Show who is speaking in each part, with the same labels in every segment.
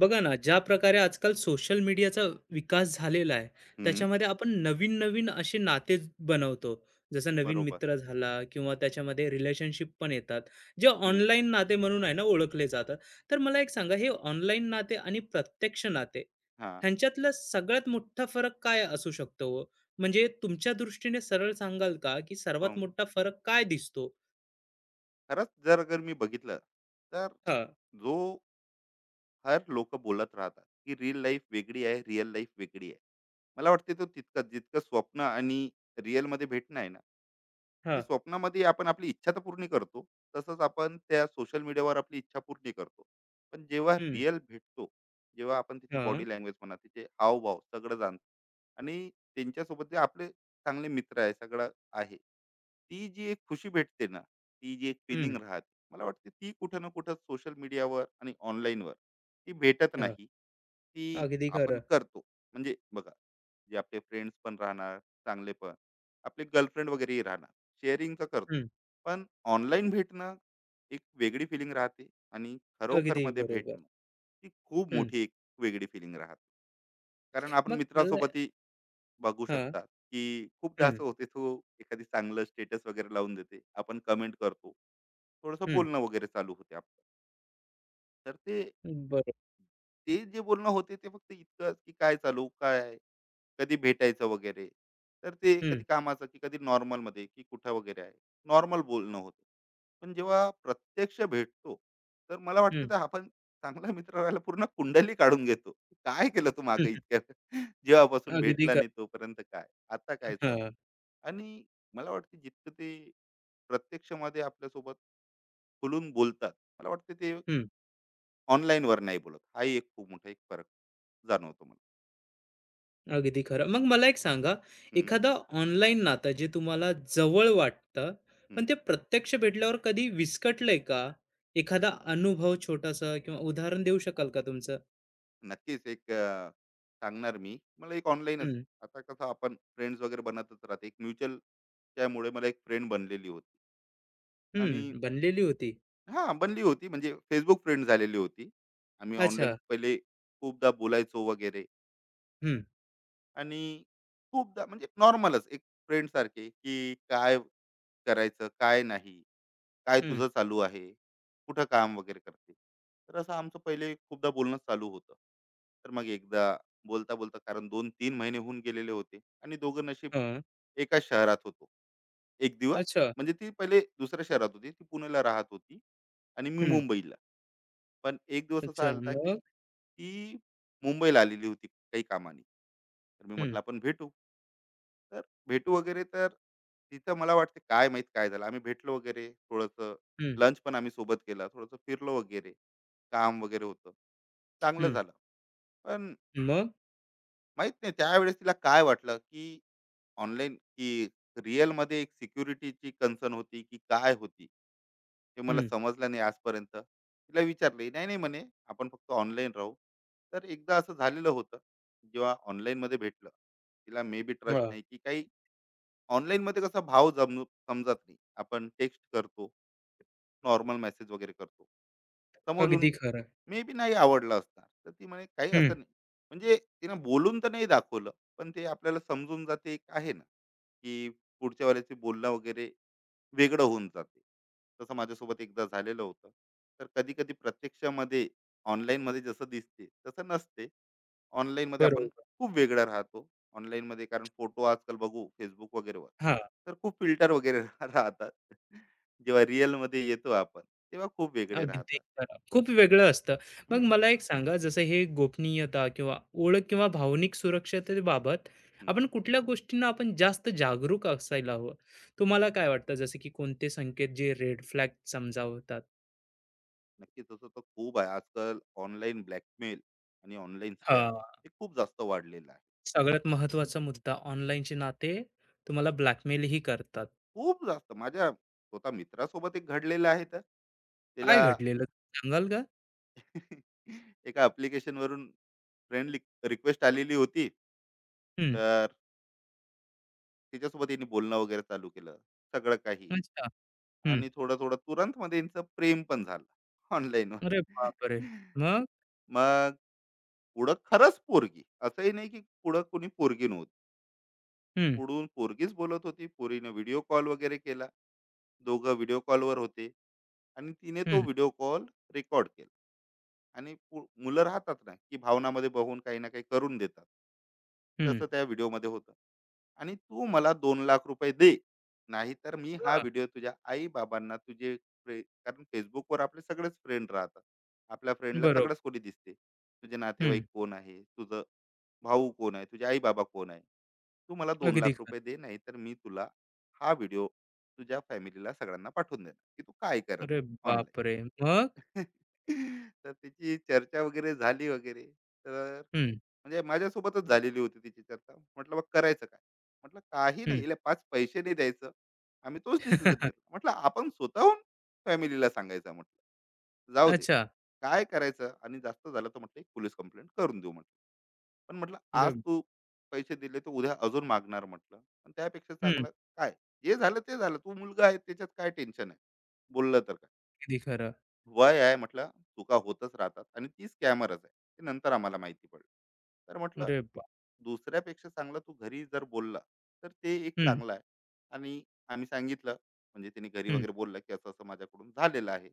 Speaker 1: बघा ना, ज्या प्रकारे आजकाल सोशल मीडियाचा विकास झालेला आहे,
Speaker 2: हं.
Speaker 1: त्याच्यामध्ये आपण नवीन-नवीन असे नाते बनवतो. जसं नवीन
Speaker 2: बरोबर.
Speaker 1: मित्र झाला किंवा त्याच्यामध्ये रिलेशनशिप पण येतात, जे
Speaker 2: हं,
Speaker 1: ऑनलाईन नाते म्हणून आहे ना ओळखले जातात. तर मला एक सांगा, हे ऑनलाईन नाते आणि प्रत्यक्ष नाते
Speaker 2: हां.
Speaker 1: ह्यांच्यातला सगळ्यात मोठा फरक काय असू शकतो हो? म्हणजे तुमच्या दृष्टीने सरळ सांगाल का, की सर्वात
Speaker 2: हं.
Speaker 1: मोठा फरक काय दिसतो?
Speaker 2: खरंच अगर मी बघितलं, तर
Speaker 1: हां,
Speaker 2: जो हर लोक बोलत राहतात की रिअल लाईफ वेगळी आहे, रिअल लाईफ वेगळी आहे. मला वाटते तो तितकं जितकं स्वप्न आणि रिअल मध्ये भेटणं आहे ना, की
Speaker 1: हां.
Speaker 2: स्वप्नामध्ये आपण आपली इच्छा तर पूर्ण करतो, तसंच आपण त्या सोशल मीडियावर आपली इच्छा पूर्ण करतो. पण जेव्हा
Speaker 1: हं,
Speaker 2: रिअल भेटतो, जेव्हा आपण त्याची
Speaker 1: हां,
Speaker 2: बॉडी लँग्वेज म्हणा, तिचे हावभाव सगळं जाणतो, आणि त्यांच्यासोबत जे आपले चांगले मित्र आहे सगळं आहे, ती जी एक खुशी भेटते ना, ती जी एक
Speaker 1: हं,
Speaker 2: फिलिंग राहते, मला वाटते ती कुठं ना कुठं सोशल मीडियावर आणि ऑनलाईनवर ती भेटत
Speaker 1: हां.
Speaker 2: नाही. ती
Speaker 1: अगदी
Speaker 2: आपण
Speaker 1: खरं.
Speaker 2: करतो, म्हणजे बघा, जे आपले फ्रेंड्स पण राहणार चांगले पण, आपले गर्लफ्रेंड वगैरेही राहणार, शेअरिंगचं करतो.
Speaker 1: हं,
Speaker 2: पण ऑनलाईन भेटणं एक वेगळी फिलिंग राहते, आणि खरोखर
Speaker 1: अगदी
Speaker 2: मध्ये
Speaker 1: बरोबर.
Speaker 2: भेटणं ती खूप
Speaker 1: हं.
Speaker 2: मोठी एक वेगळी फिलिंग राहते. कारण आपण
Speaker 1: मग मला
Speaker 2: मित्रासोबतही बघू
Speaker 1: हां.
Speaker 2: शकतात की खूपदा
Speaker 1: हं,
Speaker 2: असं होते, तो एखादी चांगलं स्टेटस वगैरे लावून देते, आपण कमेंट करतो, थोडंसं
Speaker 1: हं.
Speaker 2: बोलणं वगैरे चालू होते आपलं. तर ते
Speaker 1: बरोबर.
Speaker 2: ते जे बोलणं होते ते फक्त इतकंच की काय चालू, काय आहे? कधी भेटायचं वगैरे. तर ते
Speaker 1: हं,
Speaker 2: कधी कामाचं, की कधी नॉर्मलमध्ये, की कुठं वगैरे आहे. नॉर्मल बोलणं होतं. पण जेव्हा प्रत्यक्ष भेटतो, तर मला वाटतं
Speaker 1: हं,
Speaker 2: तर आपण चांगला मित्र राहायला पूर्ण कुंडली काढून घेतो. काय केलं तू
Speaker 1: हं,
Speaker 2: मागे
Speaker 1: हं.
Speaker 2: इतक्या वेळ? जेव्हापासून
Speaker 1: अगदी
Speaker 2: भेटला
Speaker 1: खरं.
Speaker 2: नाही तोपर्यंत काय? आता काय चालू?
Speaker 1: हां.
Speaker 2: आणि मला वाटतं जितकं ते प्रत्यक्षामध्ये आपल्यासोबत खुलून बोलतात, मला वाटतं ते
Speaker 1: हं.
Speaker 2: Online वर नाही बोलत. हाही एक खूप मोठा एक फरक जाणवतो मला.
Speaker 1: अगदी खरं. मग मला एक सांगा,
Speaker 2: हं,
Speaker 1: एखादा ऑनलाईन नातं जे तुम्हाला जवळ वाटतं, पण
Speaker 2: हं.
Speaker 1: ते प्रत्यक्ष भेटल्यावर कधी विस्कटलंय का? एखादा अनुभव छोटासा किंवा उदाहरण देऊ शकाल का तुमचं?
Speaker 2: नक्कीच सांगणार मी. मला एक ऑनलाईनच,
Speaker 1: हं,
Speaker 2: आता कसं आपण फ्रेंड्स वगैरे बनतच राहते. एक म्युच्युअल त्यामुळे मला एक फ्रेंड बनलेली होती, आणि
Speaker 1: हं. बनलेली होती.
Speaker 2: हां, बनली होती म्हणजे Facebook फ्रेंड झालेली होती. आम्ही ऑनलाईन
Speaker 1: अच्छा.
Speaker 2: पहिले खूपदा बोलायचो वगैरे,
Speaker 1: हं,
Speaker 2: आणि खूपदा म्हणजे नॉर्मलच एक फ्रेंडसारखे, की काय करायचं, काय नाही. काय
Speaker 1: हं.
Speaker 2: तुझं चालू आहे? कुठं काम वगैरे करते? तर असं आमचं पहिले खूपदा बोलणं चालू होतं. तर मग एकदा बोलता-बोलता, कारण दोन तीन महिने होऊन गेलेले होते आणि दोघं नशीब
Speaker 1: हां.
Speaker 2: एकाच शहरात होतो. एक दिवस,
Speaker 1: अच्छा.
Speaker 2: म्हणजे ती पहिले दुसऱ्या शहरात होती. ती पुणेला राहत होती आणि मी
Speaker 1: हं.
Speaker 2: मुंबईला. पण एक दिवस असा
Speaker 1: अच्छा.
Speaker 2: आलता की
Speaker 1: मग?
Speaker 2: ती मुंबईला आलेली होती काही कामाने, तर मी
Speaker 1: हं,
Speaker 2: म्हटलं आपण भेटू. तर भेटू वगैरे, तर तिथं मला वाटते काय माहित काय झालं. आम्ही भेटलो वगैरे, थोडंसं
Speaker 1: हं,
Speaker 2: लंच पण आम्ही सोबत केला, थोडंसं फिरलो वगैरे, काम वगैरे होतं, चांगलं
Speaker 1: हं.
Speaker 2: झालं. पण
Speaker 1: मग?
Speaker 2: माहित नाही त्यावेळेस तिला काय वाटलं, की ऑनलाईन की रिअलमध्ये एक सिक्युरिटीची कन्सर्न होती, की काय होती? हे मला
Speaker 1: हं.
Speaker 2: समजलं नाही आजपर्यंत. तिला विचारले, "नाही-नाही" म्हणे, "आपण फक्त ऑनलाईन राहू." तर एकदा असं झालेलं होतं, जेव्हा ऑनलाईनमध्ये भेटलं. तिला मे बी ट्रस्ट
Speaker 1: हां.
Speaker 2: नाही, की काही ऑनलाईनमध्ये कसा भाव जम समजत नाही. आपण टेक्स्ट करतो. नॉर्मल मेसेज वगैरे करतो. समोर येऊन
Speaker 1: अगदी खरं.
Speaker 2: मे बी नाही आवडला असणार. तर ती म्हणे काही
Speaker 1: हं.
Speaker 2: असं नाही. म्हणजे तिनं बोलून तर नाही दाखवलं, पण ते आपल्याला समजून जाते एक आहे ना, की पुढच्या वेळेचे बोलणं वगैरे वेगळं होऊन जाते. तसं माझ्यासोबत एकदा झालेलं होतं. तर कधी-कधी प्रत्यक्षामध्ये ऑनलाईनमध्ये जसं दिसते तसं नसते. ऑनलाईनमध्ये आपण
Speaker 1: बरोबर.
Speaker 2: खूप वेगळं राहतो. ऑनलाईनमध्ये कारण फोटो आजकाल बघू Facebook वगैरेवर,
Speaker 1: हां,
Speaker 2: तर खूप फिल्टर वगैरे राहतात. जेव्हा रिअल मध्ये येतो आपण, तेव्हा खूप वेगळे
Speaker 1: अगदी
Speaker 2: राहतात.
Speaker 1: खरं. खूप वेगळं असतं. मग
Speaker 2: हम्म,
Speaker 1: मला एक सांगा जसं हे गोपनीयता किंवा ओळख किंवा भावनिक सुरक्षतेबाबत
Speaker 2: हम्म.
Speaker 1: आपण कुठल्या गोष्टींना आपण जास्त जागरूक असायला हवं? तुम्हाला काय वाटतं जसं की कोणते संकेत जे रेड फ्लॅग समजावतात?
Speaker 2: नक्कीच तसं तर खूप आहे आजकाल. ऑनलाईन ब्लॅकमेल आणि ऑनलाईन स्कॅम
Speaker 1: हां,
Speaker 2: हे खूप जास्त वाढलेलं आहे.
Speaker 1: सगळ्यात महत्त्वाचा मुद्दा ऑनलाईनचे नाते तुम्हाला ब्लॅकमेलही करतात.
Speaker 2: खूप जास्त माझ्या स्वतः मित्रासोबत एक घडलेलं आहे, तर
Speaker 1: काय
Speaker 2: त्याला
Speaker 1: घडलेलं सांगाल का?
Speaker 2: एका application वरून फ्रेंड रिक्वेस्ट आलेली होती.
Speaker 1: हं,
Speaker 2: तर तिच्यासोबत यांनी बोलणं वगैरे चालू केलं, सगळं काही,
Speaker 1: अच्छा. हं.
Speaker 2: आणि थोडं थोडं तुरंत मध्ये यांचं प्रेम पण झालं
Speaker 1: अरे
Speaker 2: ऑनलाईनवर.
Speaker 1: बापरे! मग?
Speaker 2: मग पुढं खरंच पोरगी, असंही नाही की पुढं कोणी पोरगी नव्हती.
Speaker 1: हं,
Speaker 2: पुढून पोरगीच बोलत होती. पोरीनं व्हिडिओ कॉल वगैरे केला. दोघं व्हिडिओ कॉलवर होते आणि तिने तो
Speaker 1: हं,
Speaker 2: व्हिडिओ कॉल रेकॉर्ड केला. आणि मुलं राहतात ना की भावनामध्ये बघून काही ना काही करून देतात.
Speaker 1: हं.
Speaker 2: तसं त्या व्हिडिओमध्ये होतं. आणि तू मला 2 लाख रुपये दे, नाहीतर मी हा
Speaker 1: हां,
Speaker 2: व्हिडिओ तुझ्या आई बाबांना तुझे कारण फेसबुकवर आपले सगळेच फ्रेंड राहतात. आपल्या फ्रेंडला
Speaker 1: बरोबर.
Speaker 2: सगळंच कोणी दिसते, तुझे
Speaker 1: हं,
Speaker 2: नातेवाईक कोण आहे, तुझं भाऊ कोण आहे, तुझे आई बाबा कोण आहे. तू मला दोन
Speaker 1: अगदी.
Speaker 2: लाख रुपये दे, नाही मी तुला हा व्हिडिओ तुझ्या फॅमिलीला सगळ्यांना पाठवून देणार की तू काय करत
Speaker 1: अरे
Speaker 2: आहे ऑनलाईन.
Speaker 1: बापरे! मग?
Speaker 2: तर तिची चर्चा वगैरे झाली वगैरे. तर
Speaker 1: हं,
Speaker 2: म्हणजे माझ्यासोबतच झालेली होती तिची चर्चा. म्हटलं, मग करायचं काय? म्हटलं काही
Speaker 1: हं.
Speaker 2: नाही, याला पाच पैसे नाही द्यायचं. आम्ही तोच डिसिजन घेतला, म्हटलं आपण स्वतःहून फॅमिलीला सांगायचं. म्हटलं जाऊ दे,
Speaker 1: अच्छा.
Speaker 2: काय करायचं? आणि जास्त झालं तर म्हटलं एक पोलीस कंप्लेंट करून देऊ. म्हटलं, पण म्हटलं, आज
Speaker 1: अरे
Speaker 2: तू पैसे दिले तर उद्या अजून मागणार. म्हटलं आणि त्यापेक्षा
Speaker 1: हं,
Speaker 2: चांगलं काय, जे झालं ते झालं. तू मुलगा आहे, त्याच्यात काय टेन्शन आहे? बोललं तर काय,
Speaker 1: अगदी खरं.
Speaker 2: वय आहे. म्हटलं चुका होतच राहतात. आणि ती स्कॅमरच आहे, ते नंतर आम्हाला माहिती पडलं. तर म्हटलं
Speaker 1: अरे बा
Speaker 2: दुसऱ्यापेक्षा चांगलं तू घरी जर बोलला तर ते एक
Speaker 1: हं,
Speaker 2: चांगलं आहे. आणि आम्ही सांगितलं, म्हणजे त्यांनी घरी
Speaker 1: हं,
Speaker 2: वगैरे बोललं की असं असं माझ्याकडून झालेलं आहे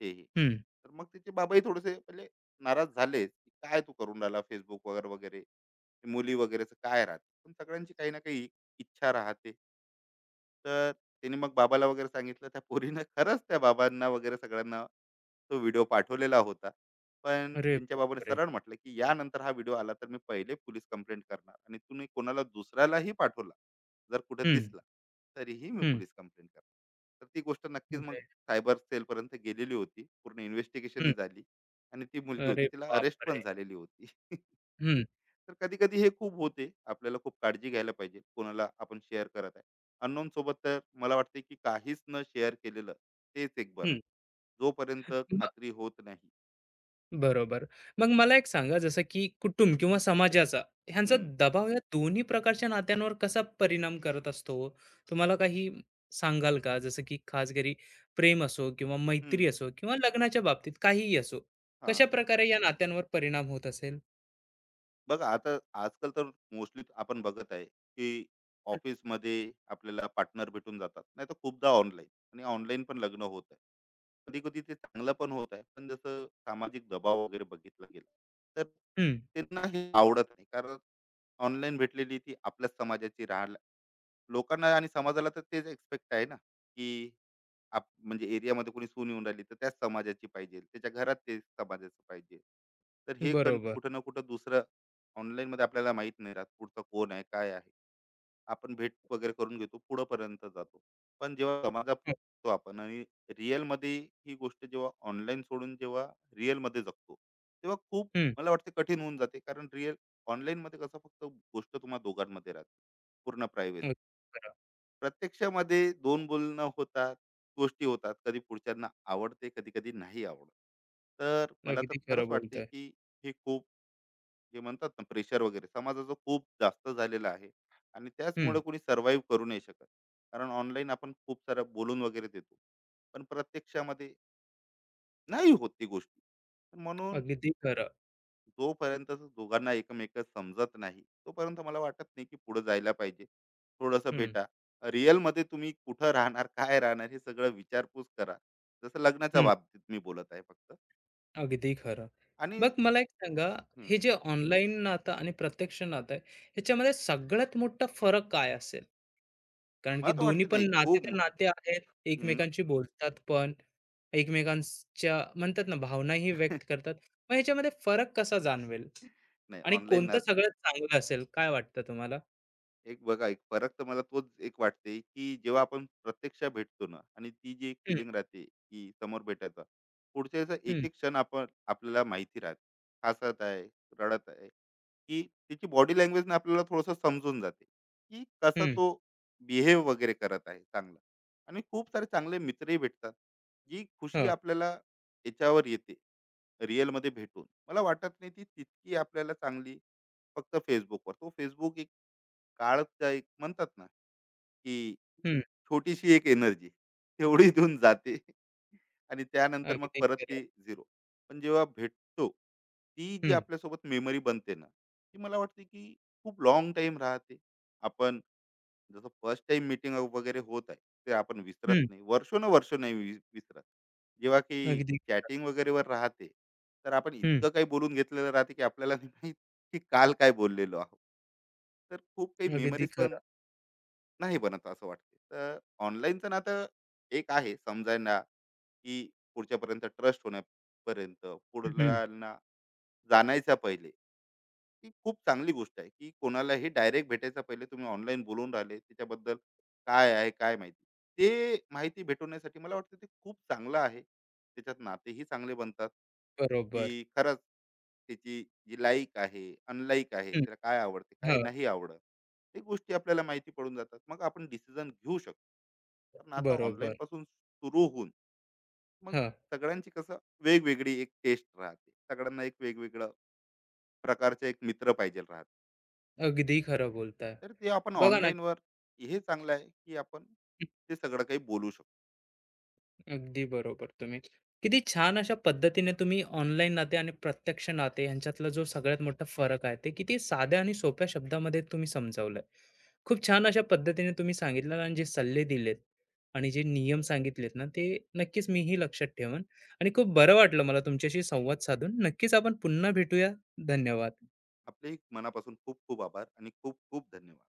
Speaker 2: हेही.
Speaker 1: हं.
Speaker 2: तर मग तिचे बाबाही थोडेसे पहिले नाराज झाले, की काय तू करून राहिला फेसबुक वगैरे वगैरे. ते मुली वगैरेचं काय राहते, पण सगळ्यांची काही ना काही इच्छा राहते. तर त्यांनी मग बाबाला वगैरे सांगितलं. त्या पोरीनं खरंच त्या बाबांना वगैरे सगळ्यांना तो व्हिडिओ पाठवलेला होता. पण
Speaker 1: अरे
Speaker 2: त्यांच्या बाबाने
Speaker 1: बापरे!
Speaker 2: सरळ म्हटलं, की "यानंतर हा व्हिडिओ आला तर मी पहिले पोलीस कंप्लेंट करणार, आणि तुम्ही कोणाला दुसऱ्यालाही पाठवला, जर कुठे
Speaker 1: हं,
Speaker 2: दिसला, तरीही मी
Speaker 1: हं.
Speaker 2: पोलीस कंप्लेंट करणार." तर ती गोष्ट नक्कीच मग
Speaker 1: अरे,
Speaker 2: सायबर सेलपर्यंत गेलेली होती. पूर्ण
Speaker 1: हं.
Speaker 2: इन्व्हेस्टिगेशनही झाली आणि ती मुलगी
Speaker 1: अरे
Speaker 2: होती, तिला अरेस्ट
Speaker 1: बापरे!
Speaker 2: पण झालेली होती.
Speaker 1: हं,
Speaker 2: तर कधी-कधी हे खूप होते. आपल्याला खूप काळजी घ्यायला पाहिजे, कोणाला आपण शेअर करत आहे. अननोन सोबत तर मला वाटते, की काहीच न शेअर केलेलं तेच एक बरं.
Speaker 1: हं.
Speaker 2: जोपर्यंत खात्री होत नाही.
Speaker 1: बरोबर. मग मला एक सांगा जसं की कुटुंब किंवा समाजाचा ह्यांचा
Speaker 2: हं.
Speaker 1: दबाव या दोन्ही प्रकारच्या नात्यांवर कसा परिणाम करत असतो? तुम्हाला काही सांगाल का? जसं की खास घरी प्रेम असो किंवा
Speaker 2: हं,
Speaker 1: मैत्री असो किंवा लग्नाच्या बाबतीत काहीही असो.
Speaker 2: हां.
Speaker 1: कशाप्रकारे या नात्यांवर परिणाम होत असेल?
Speaker 2: बघा आता आजकाल तर मोस्टली आपण बघत आहे, की
Speaker 1: हं,
Speaker 2: ऑफिसमध्ये आपल्याला पार्टनर भेटून जातात. नाहीतर खूपदा ऑनलाईन, आणि ऑनलाईन पण लग्न होत आहे. कधी-कधी ते चांगलं पण होत आहे. पण जसं सामाजिक दबाव वगैरे बघितला गेला, तर
Speaker 1: हं,
Speaker 2: त्यांना हे आवडत नाही. कारण ऑनलाईन भेटलेली ती आपल्याच समाजाची राहायला, लोकांना आणि समाजाला तर तेच एक्सपेक्ट आहे ना, की आप म्हणजे एरियामध्ये कोणी सून येऊन राहिली तर त्याच समाजाची पाहिजे, त्याच्या घरात ते समाजाचं पाहिजे. तर हे कण
Speaker 1: बरोबर.
Speaker 2: कुठं ना कुठं दुसरं, online मध्ये आपल्याला माहित नाही राहत पुढचं कोण आहे, काय आहे. आपण भेट वगैरे करून घेतो, पुढं पर्यंत जातो. पण जेव्हा समाजात
Speaker 1: हं,
Speaker 2: तो आपण आणि रिअल मध्ये, ही गोष्ट जेव्हा ऑनलाईन सोडून जेव्हा रिअल मध्ये जगतो, तेव्हा खूप
Speaker 1: हं.
Speaker 2: मला वाटते कठीण होऊन जाते. कारण रिअल, ऑनलाईन मध्ये कसं फक्त गोष्ट तुम्हा दोघांमध्ये राहते, पूर्ण
Speaker 1: अगदी
Speaker 2: प्रायव्हेसी.
Speaker 1: खरं.
Speaker 2: प्रत्यक्षामध्ये दोन बोलणं होतात, गोष्टी होतात. कधी पुढच्यांना आवडते, कधी-कधी नाही आवडत. तर मला तर
Speaker 1: अगदी खरं
Speaker 2: खरंच वाटते,
Speaker 1: बोलताय.
Speaker 2: की हे खूप, जे म्हणतात ना प्रेशर वगैरे समाजाचं, खूप जास्त झालेलं आहे. आणि
Speaker 1: हं,
Speaker 2: त्याचमुळे कोणी सर्व्हाईव्ह करू नाही शकत. कारण ऑनलाईन आपण खूप सारं बोलून वगैरे देतो. पण प्रत्यक्षामध्ये नाही होत ती गोष्टी. तर म्हणून
Speaker 1: अगदी खरं.
Speaker 2: जोपर्यंत दोघांना एकमेक समजत नाही, तोपर्यंत मला वाटत नाही की पुढे जायला पाहिजे. थोडस
Speaker 1: हं,
Speaker 2: भेटा रिअल मध्ये, तुम्ही कुठं राहणार, काय राहणार, हे सगळं विचारपूस करा. जसं लग्नाच्या
Speaker 1: हं.
Speaker 2: बाबतीत मी बोलत आहे फक्त.
Speaker 1: अगदी खरं.
Speaker 2: आणि
Speaker 1: मग मला एक सांगा,
Speaker 2: हम्म,
Speaker 1: हे जे हं. ऑनलाईन नातं आणि प्रत्यक्ष नातं आहे, ह्याच्यामध्ये सगळ्यात मोठा फरक काय असेल? कारण की
Speaker 2: मला तर
Speaker 1: दोन्ही
Speaker 2: वाटते
Speaker 1: पण
Speaker 2: नाही
Speaker 1: नाते
Speaker 2: खूप.
Speaker 1: तर नाते आहेत,
Speaker 2: हम्म.
Speaker 1: एकमेकांशी बोलतात पण, एकमेकांच्या म्हणतात ना, भावनाही व्यक्त करतात. मग ह्याच्यामध्ये फरक कसा जाणवेल?
Speaker 2: नाही,
Speaker 1: आणि
Speaker 2: ऑनलाईन
Speaker 1: कोणतं सगळ्यात चांगलं असेल, काय वाटतं तुम्हाला?
Speaker 2: एक बघा, एक फरक तर मला तोच एक वाटते की जेव्हा आपण प्रत्यक्ष भेटतो ना, आणि ती जी एक
Speaker 1: हं,
Speaker 2: फिलिंग राहते की समोर भेटायचा पुढच्या वेळेचा एक
Speaker 1: हं,
Speaker 2: एक क्षण आपण, आपल्याला माहिती राहते, हसत आहे, रडत आहे, की त्याची बॉडी लँग्वेजने आपल्याला थोडंसं समजून जाते की कसा
Speaker 1: हं,
Speaker 2: तो बिहेव वगैरे करत आहे, चांगला. आणि खूप सारे चांगले मित्रही भेटतात. जी खुशी
Speaker 1: हं,
Speaker 2: आपल्याला याच्यावर येते, रिअलमध्ये भेटून, मला वाटत नाही ती तितकी आपल्याला चांगली. फक्त फेसबुकवर तो फेसबुक एक काळच एक म्हणतात ना, की
Speaker 1: हं.
Speaker 2: छोटीशी एक एनर्जी तेवढी देऊन जाते, आणि त्यानंतर मग
Speaker 1: अगदी
Speaker 2: परत
Speaker 1: खरं.
Speaker 2: ते 0. पण जेव्हा भेटतो, ती जी
Speaker 1: हं,
Speaker 2: आपल्यासोबत मेमरी बनते ना, ती मला वाटते की खूप लॉंग टाइम राहते. आपण जसं फर्स्ट टाइम मीटिंग वगैरे होत आहे, ते आपण विसरत
Speaker 1: हं.
Speaker 2: नाही. वर्षोनवर्ष नाही विसरत. जेव्हा की
Speaker 1: अगदी खरं.
Speaker 2: चॅटिंग वगैरेवर राहते, तर आपण
Speaker 1: हं,
Speaker 2: इतकं काही बोलून घेतलेलं राहते, की आपल्याला नाही माहीत, की काल काय बोललेलो आहोत. तर खूप काही
Speaker 1: अगदी
Speaker 2: मेमरीज
Speaker 1: खरं.
Speaker 2: पण नाही बनत असं वाटते. तर ऑनलाईनचं नातं एक आहे समजायला, की पुढच्यापर्यंत ट्रस्ट होण्यापर्यंत,
Speaker 1: हं,
Speaker 2: पुढल्याला जाणायच्या पहिले, ही खूप चांगली गोष्ट आहे की कोणालाही डायरेक्ट भेटायचा पहिले तुम्ही ऑनलाईन बोलून राहिले त्याच्याबद्दल, काय आहे काय माहिती, ते माहिती भेटवण्यासाठी मला वाटतं ते खूप चांगलं आहे. त्याच्यात नातेही चांगले बनतात,
Speaker 1: बरोबर.
Speaker 2: की खरंच त्याची जी लाईक आहे, अनलाईक आहे,
Speaker 1: हं,
Speaker 2: त्याला काय आवडते, काय
Speaker 1: हां,
Speaker 2: नाही आवडत, ते गोष्टी आपल्याला माहिती पडून जातात. मग आपण डिसिजन घेऊ शकतो. कारण आता ऑनलाईन
Speaker 1: बरोबर.
Speaker 2: पासून सुरू होऊन मग
Speaker 1: हां,
Speaker 2: सगळ्यांची कसं वेगवेगळी एक टेस्ट राहते, सगळ्यांना एक वेगवेगळं प्रकारचे एक मित्र पाहिजे राहते.
Speaker 1: अगदी खरं बोलताय.
Speaker 2: तर ते आपण
Speaker 1: बघा ना,
Speaker 2: online वर हे चांगलं आहे की आपण ते सगळं काही बोलू शकतो.
Speaker 1: अगदी बरोबर तुम्ही. किती छान अशा पद्धतीने तुम्ही ऑनलाईन नाते आणि प्रत्यक्ष नाते ह्यांच्यातला जो सगळ्यात मोठा फरक आहे, ते किती साध्या आणि सोप्या शब्दामध्ये तुम्ही समजावलंय. खूप छान अशा पद्धतीने तुम्ही सांगितलं आणि जे सल्ले दिलेत आणि जे नियम सांगितलेत ना, ते नक्कीच मीही लक्षात ठेवेन आणि खूप बरं वाटलं मला तुमच्याशी संवाद साधून. नक्कीच आपण पुन्हा भेटूया. धन्यवाद.
Speaker 2: आपलेही मनापासून खूप खूप आभार आणि खूप खूप धन्यवाद.